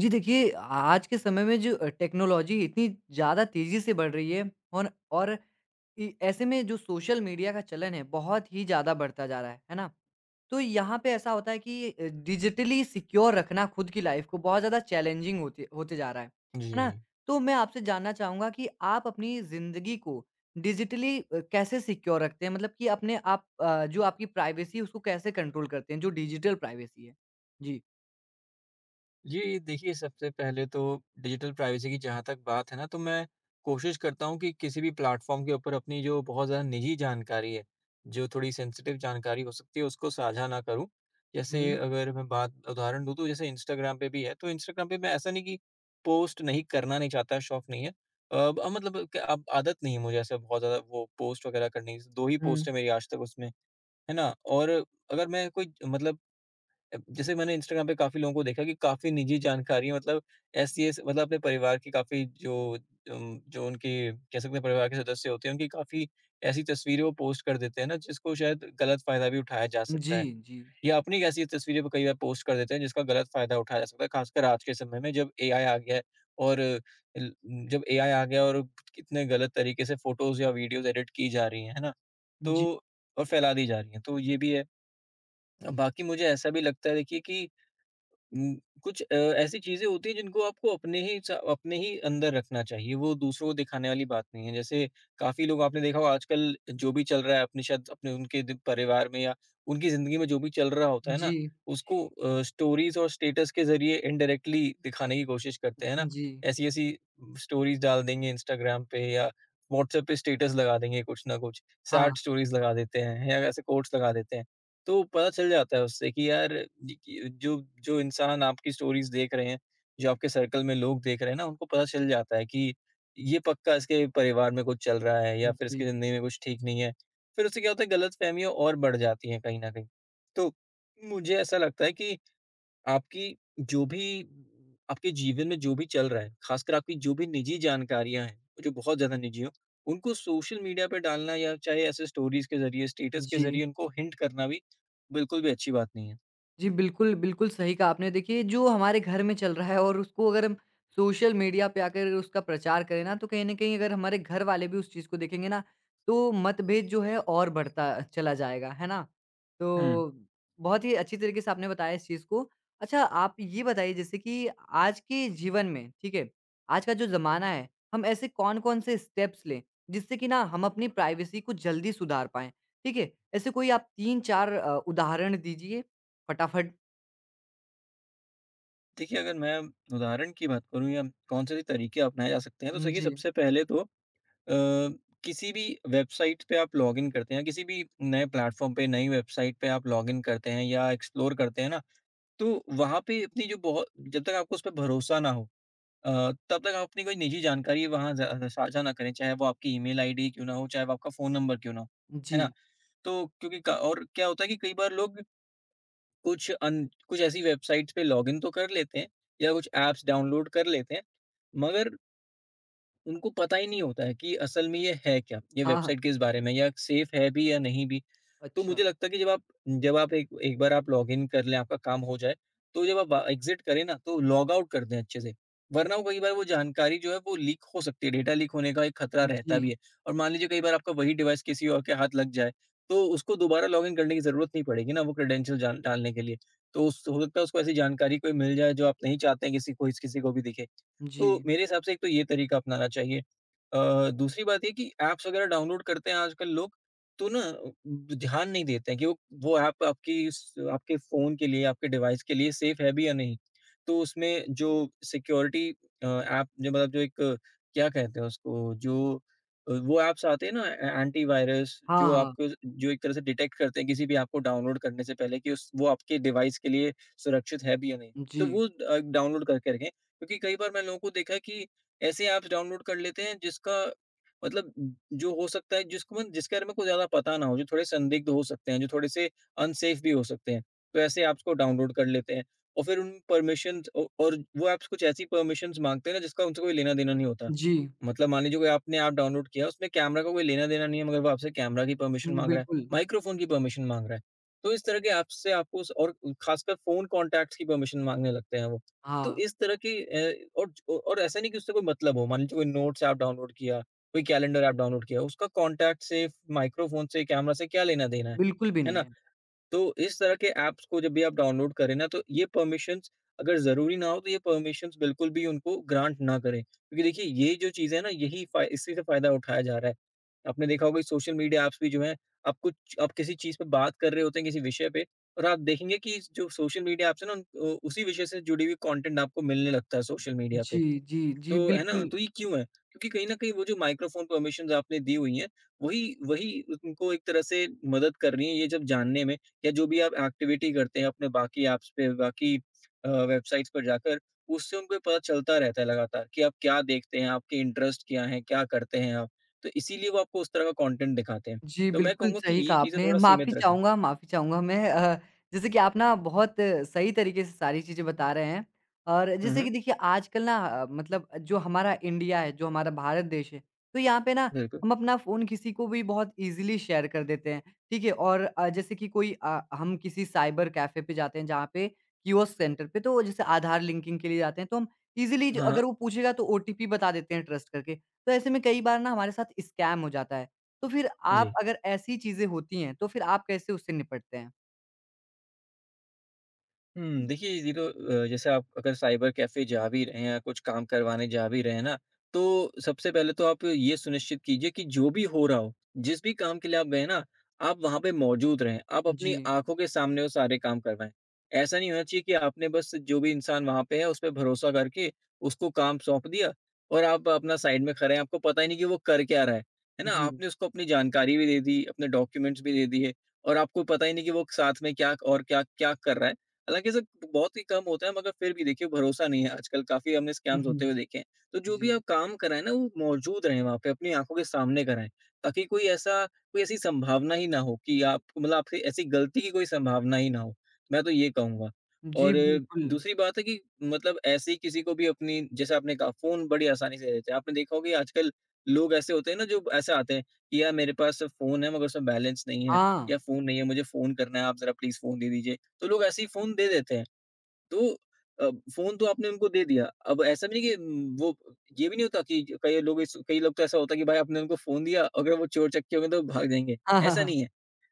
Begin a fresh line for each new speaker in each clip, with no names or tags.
जी देखिए, आज के समय में जो टेक्नोलॉजी इतनी ज़्यादा तेज़ी से बढ़ रही है और इ ऐसे में जो सोशल मीडिया का चलन है, बहुत ही ज़्यादा बढ़ता जा रहा है ना? तो यहाँ पे ऐसा होता है कि डिजिटली सिक्योर रखना खुद की लाइफ़ को बहुत ज़्यादा चैलेंजिंग होती होते जा रहा है ना?
जी।
तो मैं आपसे जानना चाहूँगा कि आप अपनी ज़िंदगी को डिजिटली कैसे सिक्योर रखते हैं? मतलब कि अपने आप जो आपकी प्राइवेसी है, उसको कैसे कंट्रोल करते हैं, जो डिजिटल प्राइवेसी है? जी।
जी, देखिए सबसे पहले तो डिजिटल प्राइवेसी की जहाँ तक बात है ना, तो मैं कोशिश करता हूँ कि किसी भी प्लेटफ़ॉर्म के ऊपर अपनी जो बहुत ज़्यादा निजी जानकारी है, जो थोड़ी सेंसिटिव जानकारी हो सकती है, उसको साझा ना करूँ।
हुँ,
जैसे अगर मैं बात उदाहरण दूँ तो जैसे इंस्टाग्राम पे भी है, तो इंस्टाग्राम पे मैं ऐसा नहीं कि पोस्ट नहीं करना नहीं चाहता, शौक नहीं है। अब मतलब क अब आदत नहीं है मुझे ऐसे बहुत ज़्यादा वो पोस्ट वगैरह करने की, 2 ही पोस्ट
हुँ।
है मेरी आज तक उसमें, है ना? और अगर मैं कोई मतलब, अब जैसे मैंने इंस्टाग्राम पे काफ़ी लोगों को देखा कि काफ़ी निजी जानकारियाँ मतलब ऐसी ऐसी मतलब अपने परिवार की काफ़ी जो जो उनके कह सकते हैं परिवार के सदस्य होते हैं, उनकी काफ़ी ऐसी तस्वीरें वो पोस्ट कर देते हैं ना, जिसको शायद गलत फ़ायदा भी उठाया जा सकता
जी,
है।
जी।
या अपनी एक ऐसी तस्वीरें कई बार पोस्ट कर देते हैं, जिसका गलत फ़ायदा उठाया जा सकता है, ख़ासकर आज के समय में जब एआई आ गया है, और ल जब एआई आ गया और कितने गलत तरीके से फ़ोटोज़ या वीडियोज़ एडिट की जा रही हैं, है ना?
जी,
तो और फैला दी जा रही हैं, तो ये भी है। बाकी मुझे ऐसा भी लगता है देखिए कि उम, कुछ ऐसी चीज़ें होती हैं जिनको आपको अपने ही च अपने ही अंदर रखना चाहिए, वो दूसरों को दिखाने वाली बात नहीं है। जैसे काफ़ी लोग आपने देखा होगा आजकल, जो भी चल रहा है अपने, शायद अपने, उनके दि परिवार में या उनकी ज़िंदगी में जो भी चल रहा होता है ना,
जी,
उसको स्टोरीज़ और स्टेटस के ज़रिए इनडायरेक्टली दिखाने की कोशिश करते हैं ना।
जी।
ऐसी-ऐसी स्टोरीज़ डाल देंगे इंस्टाग्राम पे या व्हाट्सएप पे स्टेटस लगा देंगे कुछ ना कुछ,
हाँ,
सैड स्टोरीज़ लगा देते हैं या ऐसे कोट्स लगा देते हैं। तो पता चल जाता है उससे कि यार, ज कि जो जो इंसान आपकी स्टोरीज़ देख रहे हैं, जो आपके सर्कल में लोग देख रहे हैं ना, उनको पता चल जाता है कि ये पक्का इसके परिवार में कुछ चल रहा है या फिर इसकी
जी,
ज़िंदगी में कुछ ठीक नहीं है। फिर उससे क्या होता है, गलतफ़हमियाँ और बढ़ जाती हैं कहीं न कहीं। तो मुझे ऐसा लगता है कि आपकी जो भी आपके जीवन में जो भी चल रहा है, खासकर आपकी जो भी निजी जानकारियाँ हैं, जो बहुत ज़्यादा निजी हों, उनको सोशल मीडिया पे डालना, या चाहे ऐसे स्टोरीज़ के ज़रिए, स्टेटस के
जी।
ज़रिए उनको हिंट करना भी बिल्कुल भी अच्छी बात नहीं है।
जी, बिल्कुल, बिल्कुल सही कहा आपने। देखिए, जो हमारे घर में चल रहा है और उसको अगर हम सोशल मीडिया पे आकर उसका प्रचार करें ना, तो कहीं न कहीं अगर हमारे घर वाले भी उस चीज़ को देखेंगे ना, तो मतभेद जो है और बढ़ता चला जाएगा, है ना?
हुँ।
तो बहुत ही अच्छी तरीके से आपने बताया इस चीज़ को। अच्छा, आप ये बताइए जैसे कि आज के जीवन में, ठीक है, आज का जो ज़माना है, हम ऐसे कौन-कौन से स्टेप्स लें, जिससे कि ना हम अपनी प्राइवेसी को जल्दी सुधार पाएँ, ठीक है? ऐसे कोई आप 3-4 उदाहरण दीजिए। फटाफट।
देखिए, अगर मैं उदाहरण की बात करूँ या कौन-से भी तरीके अपनाए जा सकते हैं, तो देखिए
जी,
सबसे पहले तो अ, किसी भी वेबसाइट पे आप लॉगिन करते हैं, किसी भी नए प्लेटफ़ॉर्म पे, नई वेबसाइट पे आप लॉगिन करते हैं या एक्सप्लोर करते हैं ना, तो वहाँ पे अपनी जो बहुत जब तक आपको उस पे भरोसा ना हो, अ, तब तक आप अपनी कोई निजी जानकारी वहाँ ज़्यादा साझा ना करें, चाहे वो आपकी ईमेल आईडी क्यों ना हो, चाहे वो आपका फ़ोन नंबर क्यों ना हो। है ना?
जी।
तो क्योंकि, क और क्या होता है कि कई बार लोग कुछ ऐसी वेबसाइट्स पे लॉगिन तो कर लेते हैं या कुछ ऐप्स डाउनलोड कर लेते हैं, मगर उनको पता ही नहीं होता है कि असल में ये है क्या? ये
हाँ, हाँ।
वेबसाइट किस बारे में है, या सेफ़ है भी या नहीं भी? तो
अच्छा।
मुझे लगता है कि जब आप एक एक बार आप लॉगिन कर लें, आपका काम हो जाए, तो जब आप एग्ज़िट करें ना, तो लॉग आउट कर दें अच्छे से। वरना वो कई बार वो जानकारी जो है वो लीक हो सकती है, डेटा लीक होने का एक खतरा रहता भी
जी,
है। और मान लीजिए कई बार आपका वही डिवाइस किसी और के हाथ लग जाए, तो उसको दोबारा लॉगिन करने की ज़रूरत नहीं पड़ेगी ना, वो क्रेडेंशियल जान डालने के लिए। तो उस हो सकता है उसको ऐसी जानकारी कोई मिल जाए जो आप नहीं चाहते हैं किसी को भी दिखे।
जी।
तो मेरे हिसाब से एक तो ये तरीका अपनाना चाहिए। दूसरी बात ये कि ऐप्स वगैरह डाउनलोड करते हैं आजकल लोग, तो ना ध्यान नहीं देते हैं कि वो, ऐप आपकी स आपके फ़ोन के लिए, आपके डिवाइस के लिए सेफ है भी या नहीं। तो उसमें जो सिक्योरिटी ऐप, जो मतलब जो एक क्या कहते हैं उसको, जो वो ऐप्स आते हैं ना, ए एंटीवायरस,
हाँ,
जो
हाँ।
आपको, जो एक तरह से डिटेक्ट करते हैं किसी भी ऐप को डाउनलोड करने से पहले कि उस वो आपके डिवाइस के लिए सुरक्षित है भी या नहीं। तो
जी,
वो डाउनलोड करके रखें, क्योंकि कई बार मैंने लोगों को देखा है कि ऐसे ऐप्स डाउनलोड कर लेते हैं, जिसका मतलब जो हो सकता है जिसको मन जिसके बारे में कुछ ज़्यादा पता ना हो, जो थोड़े संदिग्ध हो सकते हैं, जो थोड़े से अनसेफ भी हो सकते हैं, तो ऐसे ऐप्स को डाउनलोड कर लेते हैं और फिर उन परमिशंस, औ और वो ऐप्स कुछ ऐसी परमिशंस माँगते हैं ना, जिसका उनसे कोई लेना-देना नहीं होता।
जी।
मतलब मान लीजिए कोई आपने ऐप डाउनलोड किया, उसमें कैमरा का कोई लेना-देना नहीं है, मगर वो आपसे कैमरा की परमिशन
हुँ,
माँग रहा है,
बिल्कुल।
माइक्रोफ़ोन की परमिशन माँग रहा है। तो इस तरह के ऐप्स से आपको, स और ख़ासकर फ़ोन कॉन्टैक्ट्स की परमिशन माँगने लगते हैं वो। तो
हाँ,
इस तरह की और ऐसा नहीं कि उससे कोई मतलब हो, मान लीजिए कोई नोट्स ऐप डाउनलोड किया, कोई कैलेंडर ऐप डाउनलोड किया, उसका कॉन्टैक्ट से, माइक्रोफ़ोन से, कैमरा से क्या लेना-देना
बिल्कुल भी
है
नहीं
ना?
है।
तो इस तरह के ऐप्स को जब भी आप डाउनलोड करें ना, तो ये परमिशंस, अगर ज़रूरी ना हो, तो ये परमिशंस बिल्कुल भी उनको ग्रांट ना करें। क्योंकि देखिए, ये जो चीज़ है ना, यही फ़ा इसी से फ़ायदा उठाया जा रहा है। आपने देखा होगा कि सोशल मीडिया ऐप्स भी जो हैं, आप कुछ, आप किसी चीज़ पे बात कर रहे होते हैं, किसी विषय पे, और आप देखेंगे कि जो सोशल मीडिया ऐप्स हैं ना, उन, उसी विषय से जुड़ी हुई कॉन्टेंट आपको मिलने लगता है सोशल मीडिया पे।
जी, जी,
तो,
जी,
है ना?
बिल्कुल।
तो ये क्यों है? क्योंकि कहीं न कहीं वो जो माइक्रोफ़ोन परमिशंस आपने दी हुई हैं, वही वही उनको एक तरह से मदद कर रही हैं ये जब जानने में, या जो भी आप एक्टिविटी करते हैं अपने बाकी ऐप्स पे, बाकी वेबसाइट्स पर जाकर, उससे उनको पता चलता रहता है लगातार कि आप क्या देखते हैं, आपके इंटरेस्ट क्या हैं, क्या करते हैं आप। तो इसीलिए वो आपको उस तरह का कंटेंट दिखाते हैं।
जी,
तो मैं
बिल्कुल
कहूँगा कि
सही कहा
ये चीज़ें
आपने।
थोड़ा
माफ़ी
सीमित रखें।
चाहूँगा, माफ़ी चाहूँगा मैं। जैसे कि आप ना बहुत सही तरीके से सारी चीज़ें बता रहे हैं और
हुँ,
जैसे कि
हुँ।
देखिए आजकल ना मतलब जो हमारा इंडिया है, जो हमारा भारत देश है, तो यहाँ पे ना
बिल्कुल।
हम अपना फ़ोन किसी को भी बहुत ईज़िली शेयर कर देते हैं, ठीक है? और जैसे कि हम किसी साइबर कैफ़े पे जाते हैं जहाँ पे कियोस्क सेंटर पे, तो जैसे आधार लिंकिंग के लिए जाते हैं तो हम ईज़िली ज
हाँ,
अगर
हाँ।
वो पूछेगा तो ओटीपी बता देते हैं ट्रस्ट करके। तो ऐसे में कई बार ना हमारे साथ स्कैम हो जाता है। तो फिर आप,
जी।
अगर ऐसी चीज़ें होती हैं, तो फिर आप कैसे उससे निपटते हैं?
हुँ, देखिए ये तो जैसे आप अगर साइबर कैफ़े जा भी रहे हैं या कुछ काम करवाने जा भी रहे हैं ना, तो सबसे पहले तो आप ये सुनिश्चित कीजिए कि जो भी हो रहा हो, जिस भी काम के लिए आप गए ना, आप वहाँ पे मौजूद रहें। आप अपनी
जी,
आँखों के सामने वो सारे काम करवाएँ। ऐसा नहीं होना चाहिए कि आपने बस जो भी इंसान वहाँ पे है, उस पे भरोसा करके उसको काम सौंप दिया और आप अपना साइड में खड़े हैं, आपको पता ही नहीं कि वो कर क्या रहा है। है ना?
जी।
आपने उसको अपनी जानकारी भी दे दी, अपने डॉक्यूमेंट्स भी दे दिए, और आपको पता ही नहीं कि वो साथ में क्या और क्या क्या कर रहा है। हालाँकि सर बहुत ही कम होता है, मगर फिर भी देखिए भरोसा नहीं है आजकल, काफ़ी हमने
हुँ,
स्कैम्स होते
हुँ।
हुए देखे हैं। तो जो भी
जी।
आप काम कराएँ ना, वो मौजूद रहें वहाँ पे, अपनी आँखों के सामने कराएँ, ताकि कोई ऐसी संभावना ही ना हो कि आप, मतलब आपसे ऐसी गलती की कोई संभावना ही ना हो। मैं तो ये कहूँगा।
जी,
और
बिल्कुल।
दूसरी बात है कि मतलब ऐसे ही किसी को भी अपनी, जैसे आपने कहा, फ़ोन बड़ी आसानी से दे देते हैं। आपने देखा होगा कि आजकल लोग ऐसे होते हैं ना, जो ऐसे आते हैं कि यार मेरे पास फ़ोन है मगर उसमें बैलेंस नहीं है,
हाँ।
या फ़ोन नहीं है, मुझे फ़ोन करना है, आप ज़रा प्लीज़ फ़ोन दे दीजिए। तो लोग ऐसे ही फ़ोन दे देते हैं। तो अ, फ़ोन तो आपने उनको दे दिया, अब ऐसा भी नहीं कि वो, ये भी नहीं होता कि कई लोग तो ऐसा होता है कि भाई आपने उनको फ़ोन दिया, अगर वो चोर चक्के होंगे तो भाग जाएँगे,
हाँ, हाँ,
ऐसा
हाँ।
नहीं है।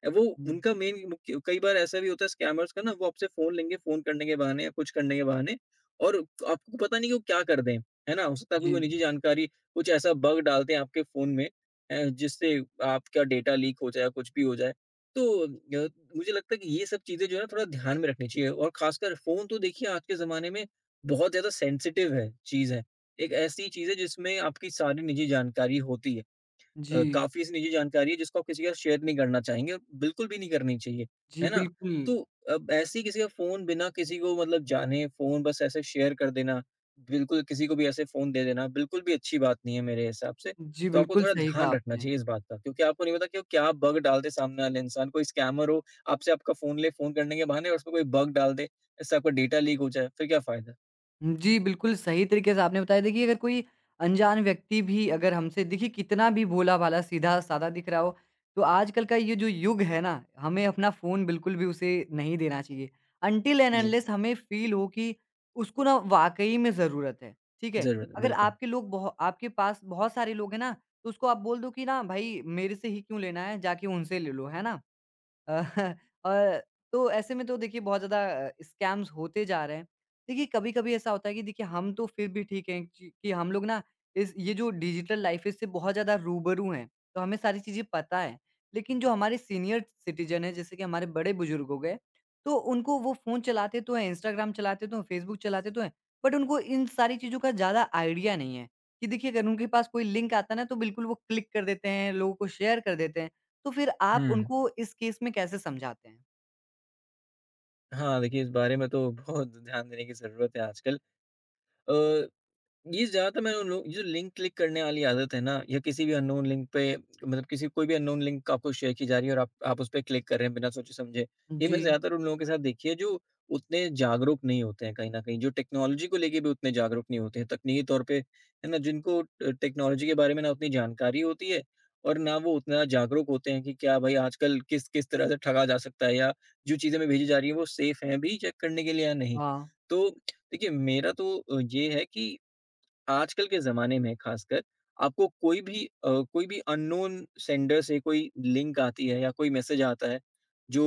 वो,
हुँ।
उनका मेन मुख्य, कई बार ऐसा भी होता है स्कैमर्स का ना, वो आपसे फ़ोन लेंगे, फ़ोन करने के बहाने या कुछ करने के बहाने, और आपको पता नहीं कि वो क्या कर दें, है ना? हो सकता है आपकी कोई
जी,
निजी जानकारी, कुछ ऐसा बग डाल दें आपके फ़ोन में अ, जिससे आपका डेटा लीक हो जाए या कुछ भी हो जाए। तो अ, मुझे लगता है कि ये सब चीज़ें जो है ना थोड़ा ध्यान में रखनी चाहिए और खासकर फ़ोन तो देखिए, आज के ज़माने में बहुत ज़्यादा सेंसिटिव है, चीज़ है। एक ऐसी चीज़ है जिसमें आपकी सारी निजी जानकारी होती है।
जी।
काफ़ी ऐसी निजी जानकारी है जिसको आप किसी के साथ शेयर नहीं करना चाहेंगे और बिल्कुल भी नहीं करनी चाहिए,
जी,
है ना?
बिल्कुल।
तो अब ऐसे ही किसी का फ़ोन बिना किसी को मतलब जाने, फ़ोन बस ऐसे शेयर कर देना, बिल्कुल किसी को भी ऐसे फ़ोन दे देना, बिल्कुल भी अच्छी बात नहीं है मेरे हिसाब से।
जी,
तो आपको
बिल्कुल
थोड़ा
सही कहा
ध्यान रखना
आपने।
चाहिए इस बात का, क्योंकि आपको नहीं पता कि वो क्या बग डाल दे। सामने वाले इंसान, कोई स्कैमर हो, आपसे आपका फ़ोन ले फ़ोन करने के बहाने और उसमें कोई बग डाल दे, इससे आपका डेटा लीक हो जाए, फिर क्या फ़ायदा?
जी, बिल्कुल सही तरीके से आपने बताया। देखिए, अगर कोई अनजान व्यक्ति भी, अगर हमसे देखिए कितना भी भोला-भाला, सीधा-साधा दिख रहा हो, तो आजकल का ये जो युग है ना, हमें अपना फ़ोन बिल्कुल भी उसे नहीं देना चाहिए। अनटिल एंड
जी,
अनलेस हमें फ़ील हो कि उसको ना वाक़ई में ज़रूरत है, ठीक है?
ज़रूर,
अगर
बिल्कुल।
आपके लोग बहु आपके पास बहुत सारे लोग हैं ना, तो उसको आप बोल दो कि ना, "भाई, मेरे से ही क्यों लेना है? जाके उनसे ले लो।" है ना? अ, और तो ऐसे में तो देखिए बहुत ज़्यादा स्कैम्स होते जा रहे हैं। देखिए कभी-कभी ऐसा होता है कि देखिए हम तो फिर भी ठीक हैं कि हम लोग ना इस ये जो डिजिटल लाइफ है इससे बहुत ज़्यादा रूबरू हैं, तो हमें सारी चीज़ें पता है। लेकिन जो हमारे सीनियर सिटीज़न हैं, जैसे कि हमारे बड़े बुजुर्ग हो गए, तो उनको, वो फ़ोन चलाते तो हैं, इंस्टाग्राम चलाते तो हैं, फेसबुक चलाते तो हैं, बट उनको इन सारी चीज़ों का ज़्यादा आइडिया नहीं है कि देखिए अगर उनके पास कोई लिंक आता है ना, तो बिल्कुल वो क्लिक कर देते हैं, लोगों को शेयर कर देते हैं। तो फिर आप
हुँ।
उनको इस केस में कैसे समझाते हैं?
हाँ, देखिए, इस बारे में तो बहुत ध्यान देने की ज़रूरत है आजकल। अ, ये ज़्यादातर मैंने उन लोग ये जो लिंक क्लिक करने वाली आदत है ना, या किसी भी अननोन लिंक पे, मतलब किसी कोई भी अननोन लिंक आपको शेयर की जा रही है और आप उस पे क्लिक कर रहे हैं बिना सोचे-समझे। ये मैं
जी,
ज़्यादातर उन लोगों के साथ देखी है जो उतने जागरूक नहीं होते हैं कहीं न कहीं, जो टेक्नोलॉजी को लेके भी उतने जागरूक नहीं होते हैं, तकनीकी तौर पे, है ना? जिनको ट टेक्नोलॉजी के बारे में ना उतनी जानकारी होती है और ना वो उतना जागरूक होते हैं कि क्या भाई आजकल किस किस तरह से ठगा जा सकता है, या जो चीज़ें हमें भेजी जा रही हैं वो सेफ हैं भी, चेक करने के लिए या नहीं।
हाँ,
तो देखिए, मेरा तो ये है कि आजकल के ज़माने में ख़ासकर आपको कोई भी, कोई भी अननोन सेंडर से कोई लिंक आती है या कोई मैसेज आता है जो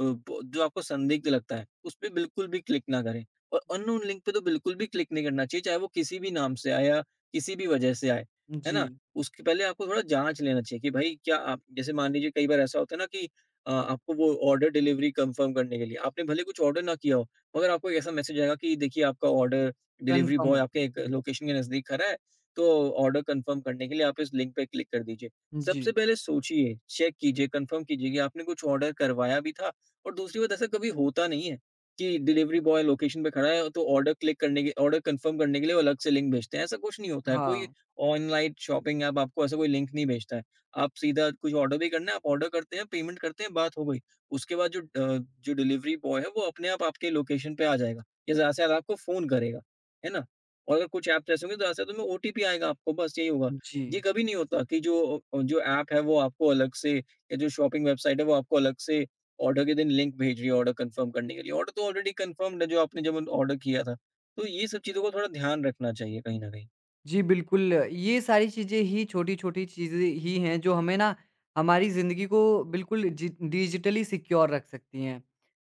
अ, ब जो आपको संदिग्ध लगता है, उसपे बिल्कुल भी क्लिक ना करें। और अननोन लिंक पे तो बिल्कुल भी क्लिक नहीं करना चाहिए, चाहे वो किसी भी नाम से आए या किसी भी वजह से आए, है
जी,
ना? उसके पहले आपको थोड़ा जाँच लेना चाहिए कि भाई क्या आप, जैसे मान लीजिए कई बार ऐसा होता है ना कि आपको वो ऑर्डर डिलीवरी कंफर्म करने के लिए, आपने भले कुछ ऑर्डर ना किया हो, मगर आपको एक ऐसा मैसेज आएगा कि देखिए आपका ऑर्डर, डिलीवरी
कन्फर्म
बॉय आपके
होगी।
एक लोकेशन के नज़दीक खड़ा है, तो ऑर्डर कन्फर्म करने के लिए आप इस लिंक पे क्लिक कर दीजिए।
जी,
सबसे पहले सोचिए, चेक कीजिए, कन्फर्म कीजिए कि आपने कुछ ऑर्डर करवाया भी था। और दूसरी बात, ऐसा कभी होता नहीं है कि डिलीवरी बॉय लोकेशन पे खड़ा है तो ऑर्डर कन्फर्म करने के लिए वो अलग से लिंक भेजते हैं, ऐसा कुछ नहीं होता है। कोई
हाँ,
ऑनलाइन शॉपिंग ऐप आपको ऐसा कोई लिंक नहीं भेजता है। आप सीधा कुछ ऑर्डर भी करना है, आप ऑर्डर करते हैं, पेमेंट करते हैं, बात हो गई। उसके बाद जो डिलीवरी बॉय है वो अपने आप आपके लोकेशन पे आ जाएगा, या ज़्यादा से ज़्यादा आपको फ़ोन करेगा। है ना? और अगर कुछ ऐप्स ऐसे होंगे तो ऐसा तुम्हें ओटीपी आएगा, आपको बस यही होगा। ये
जी।
कभी नहीं होता कि जो ऐप है वो आपको अलग से, या जो शॉपिंग वेबसाइट है वो आपको अलग से ऑर्डर के दिन लिंक भेज रही है ऑर्डर कंफर्म करने के लिए। ऑर्डर तो ऑलरेडी कंफर्म्ड है, जो आपने जब ऑर्डर किया था। तो ये सब चीज़ों को थोड़ा ध्यान रखना चाहिए कहीं न कहीं।
जी, बिल्कुल। ये सारी चीज़ें ही, छोटी-छोटी चीज़ें ही हैं जो हमें ना हमारी ज़िंदगी को बिल्कुल जी डिजिटली सिक्योर रख सकती हैं।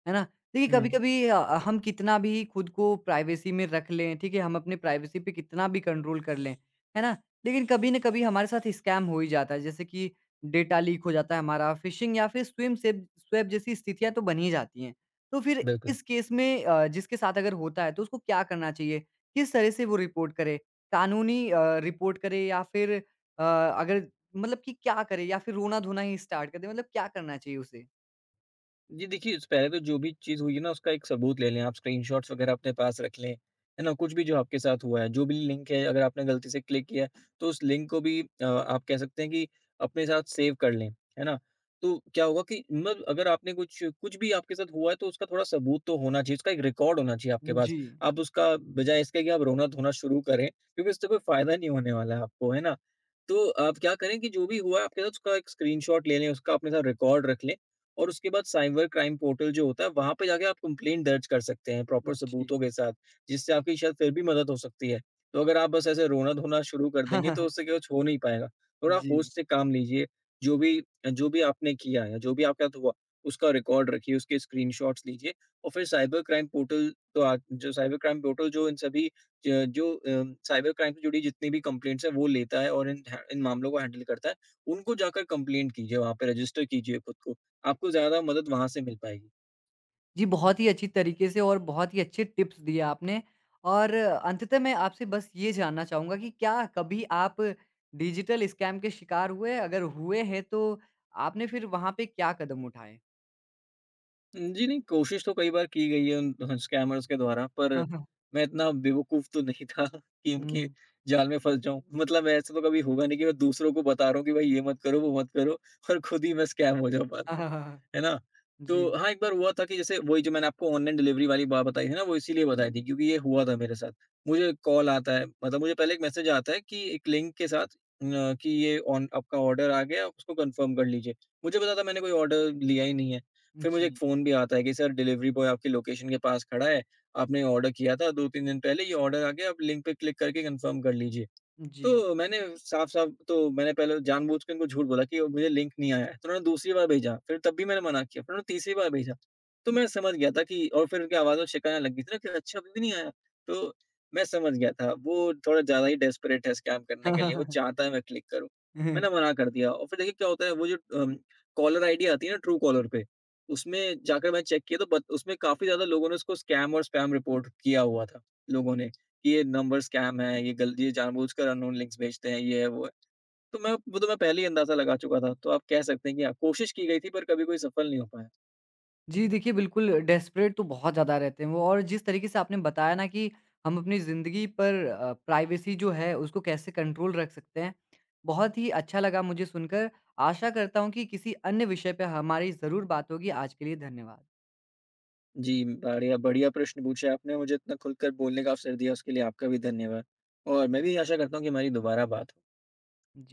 है ना? देखिए
हुँ,
कभी-कभी हम कितना भी खुद को प्राइवेसी में रख लें, ठीक है? हम अपने प्राइवेसी पे कितना भी कंट्रोल कर लें, है ना? लेकिन कभी न कभी हमारे साथ स्कैम हो ही जाता है, जैसे कि डेटा लीक हो जाता है हमारा, फ़िशिंग या फिर स्विम सेप स्वैप जैसी स्थितियाँ तो बन ही जाती हैं। तो फिर
बिल्कुल।
इस केस में, जिसके साथ अगर होता है तो उसको क्या करना चाहिए? किस तरह से वो रिपोर्ट करे? कानूनी रिपोर्ट करे या फिर अ, अगर मतलब कि क्या करे, या फिर रोना-धोना ही स्टार्ट कर दे, मतलब क्या करना चाहिए उसे?
जी, देखिए, उस पहले तो जो भी चीज़ हुई है ना, उसका एक सबूत ले लें आप, स्क्रीनशॉट्स वगैरह अपने पास रख लें, है ना? कुछ भी जो आपके साथ हुआ है, जो भी लिंक है, अगर आपने गलती से क्लिक किया है, तो उस लिंक को भी आप कह सकते हैं कि अपने साथ सेव कर लें, है ना? तो क्या होगा कि, मतलब अगर आपने कुछ कुछ भी आपके साथ हुआ है, तो उसका थोड़ा सबूत तो होना चाहिए, उसका एक रिकॉर्ड होना चाहिए आपके पास।
जी,
आप उसका, बजाय इसके कि आप रोना-धोना शुरू करें, क्योंकि उससे कोई फ़ायदा नहीं होने वाला है आपको, है ना? तो आप क्या करें कि, जो भी हुआ है आपके साथ, उसका एक स्क्रीनशॉट ले लें, उसका अपने साथ रिकॉर्ड रख लें। और उसके बाद साइबर क्राइम पोर्टल जो होता है, वहाँ पे जाके आप कंप्लेंट दर्ज कर सकते हैं प्रॉपर
जी।
सबूतों के साथ, जिससे आपकी शायद फिर भी मदद हो सकती है। तो अगर आप बस ऐसे रोना-धोना शुरू कर देंगे तो उससे कुछ हो नहीं पाएगा। थोड़ा
जी।
होश से काम लीजिए, जो भी जो भी आपने किया है, जो भी आपके साथ हुआ, उसका रिकॉर्ड रखिए, उसके स्क्रीनशॉट्स लीजिए और फिर साइबर क्राइम पोर्टल जो इन सभी साइबर क्राइम से जुड़ी जितनी भी कंप्लेंट्स हैं वो लेता है और इन मामलों को हैंडल करता है, उनको जाकर कंप्लेंट कीजिए, वहाँ पे रजिस्टर कीजिए खुद को। आपको ज़्यादा मदद वहाँ से मिल पाएगी।
जी, बहुत ही अच्छी तरीके से और बहुत ही अच्छे टिप्स दिए आपने और अंततः मैं आपसे बस ये जानना चाहूँगा कि क्या कभी आप डिजिटल स्कैम के शिकार हुए? अगर हुए हैं तो आपने फिर वहाँ पे क्या कदम उठाए?
जी नहीं, कोशिश तो कई बार की गई है उन स्कैमर्स के द्वारा, पर मैं इतना बेवकूफ़ तो नहीं था कि उनके
हुँ।
जाल में फँस जाऊँ। मतलब ऐसा तो कभी होगा नहीं कि मैं दूसरों को बता रहा हूँ कि भाई ये मत करो, वो मत करो, और खुद ही मैं स्कैम हो जाऊँ बाद में, है ना?
जी,
तो हाँ, एक बार हुआ था कि, जैसे वही जो मैंने आपको ऑनलाइन डिलीवरी वाली बात बताई थी ना, वो इसीलिए बताई थी क्योंकि ये हुआ था मेरे साथ। मुझे कॉल आता है, मतलब मुझे पहले एक मैसेज आता है कि एक लिंक के साथ, न कि ये ऑन आपका ऑर्डर आ गया, उसको कन्फर्म कर लीजिए। मुझे पता था मैंने कोई ऑर्डर लिया ही नहीं है। फिर मुझे एक
जी,
फ़ोन भी आता है कि सर, डिलीवरी बॉय आपकी लोकेशन के पास खड़ा है, आपने ऑर्डर किया था 2-3 दिन पहले, ये ऑर्डर आ गया, आप लिंक पे क्लिक करके कंफर्म कर लीजिए।
जी।
तो मैंने साफ-साफ तो मैंने पहले जानबूझ के उनको झूठ बोला कि मुझे लिंक नहीं आया है, तो उन्होंने दूसरी बार भेजा, फिर तब भी मैंने मना किया, फिर उन्होंने तीसरी बार भेजा। तो मैं समझ गया था कि, और फिर उनकी आवाज़ में शिकायत लग गई थी ना कि अच्छा अभी भी नहीं आया, तो मैं समझ गया था वो थोड़ा ज़्यादा ही डेस्परेट है स्कैम करने के लिए, वो चाहता है मैं क्लिक करूँ। मैंने मना कर दिया और फिर देखिए क्या होता है, वो जो अम, कॉलर आईडी आती है ना ट्रू कॉलर पे, उसमें जाकर मैंने चेक किया तो बत उसमें काफ़ी ज़्यादा लोगों ने उसको स्कैम और स्पैम रिपोर्ट किया हुआ था, लोगों ने। कि ये नंबर स्कैम है, ये जानबूझकर अननोन लिंक्स भेजते हैं, ये है, वो है। तो मैं वो तो मैं पहले ही अंदाज़ा लगा चुका था। तो आप कह सकते हैं कि हाँ, कोशिश की गई थी पर कभी कोई सफल नहीं हो पाया।
जी, देखिए बिल्कुल डेस्परेट तो बहुत ज़्यादा रहते हैं वो, और जिस तरीके से आपने बताया ना कि हम अपनी ज़िंदगी पर प्राइवेसी जो है उसको कैसे कंट्रोल रख सकते हैं, बहुत ही अच्छा लगा मुझे सुनकर। आशा करता हूँ कि किसी अन्य विषय पे हमारी ज़रूर बात होगी। आज के लिए धन्यवाद।
जी, बढ़िया बढ़िया प्रश्न पूछे आपने, मुझे इतना खुलकर बोलने का अवसर दिया, उसके लिए आपका भी धन्यवाद। और मैं भी आशा करता हूँ कि हमारी दोबारा बात हो।
जी।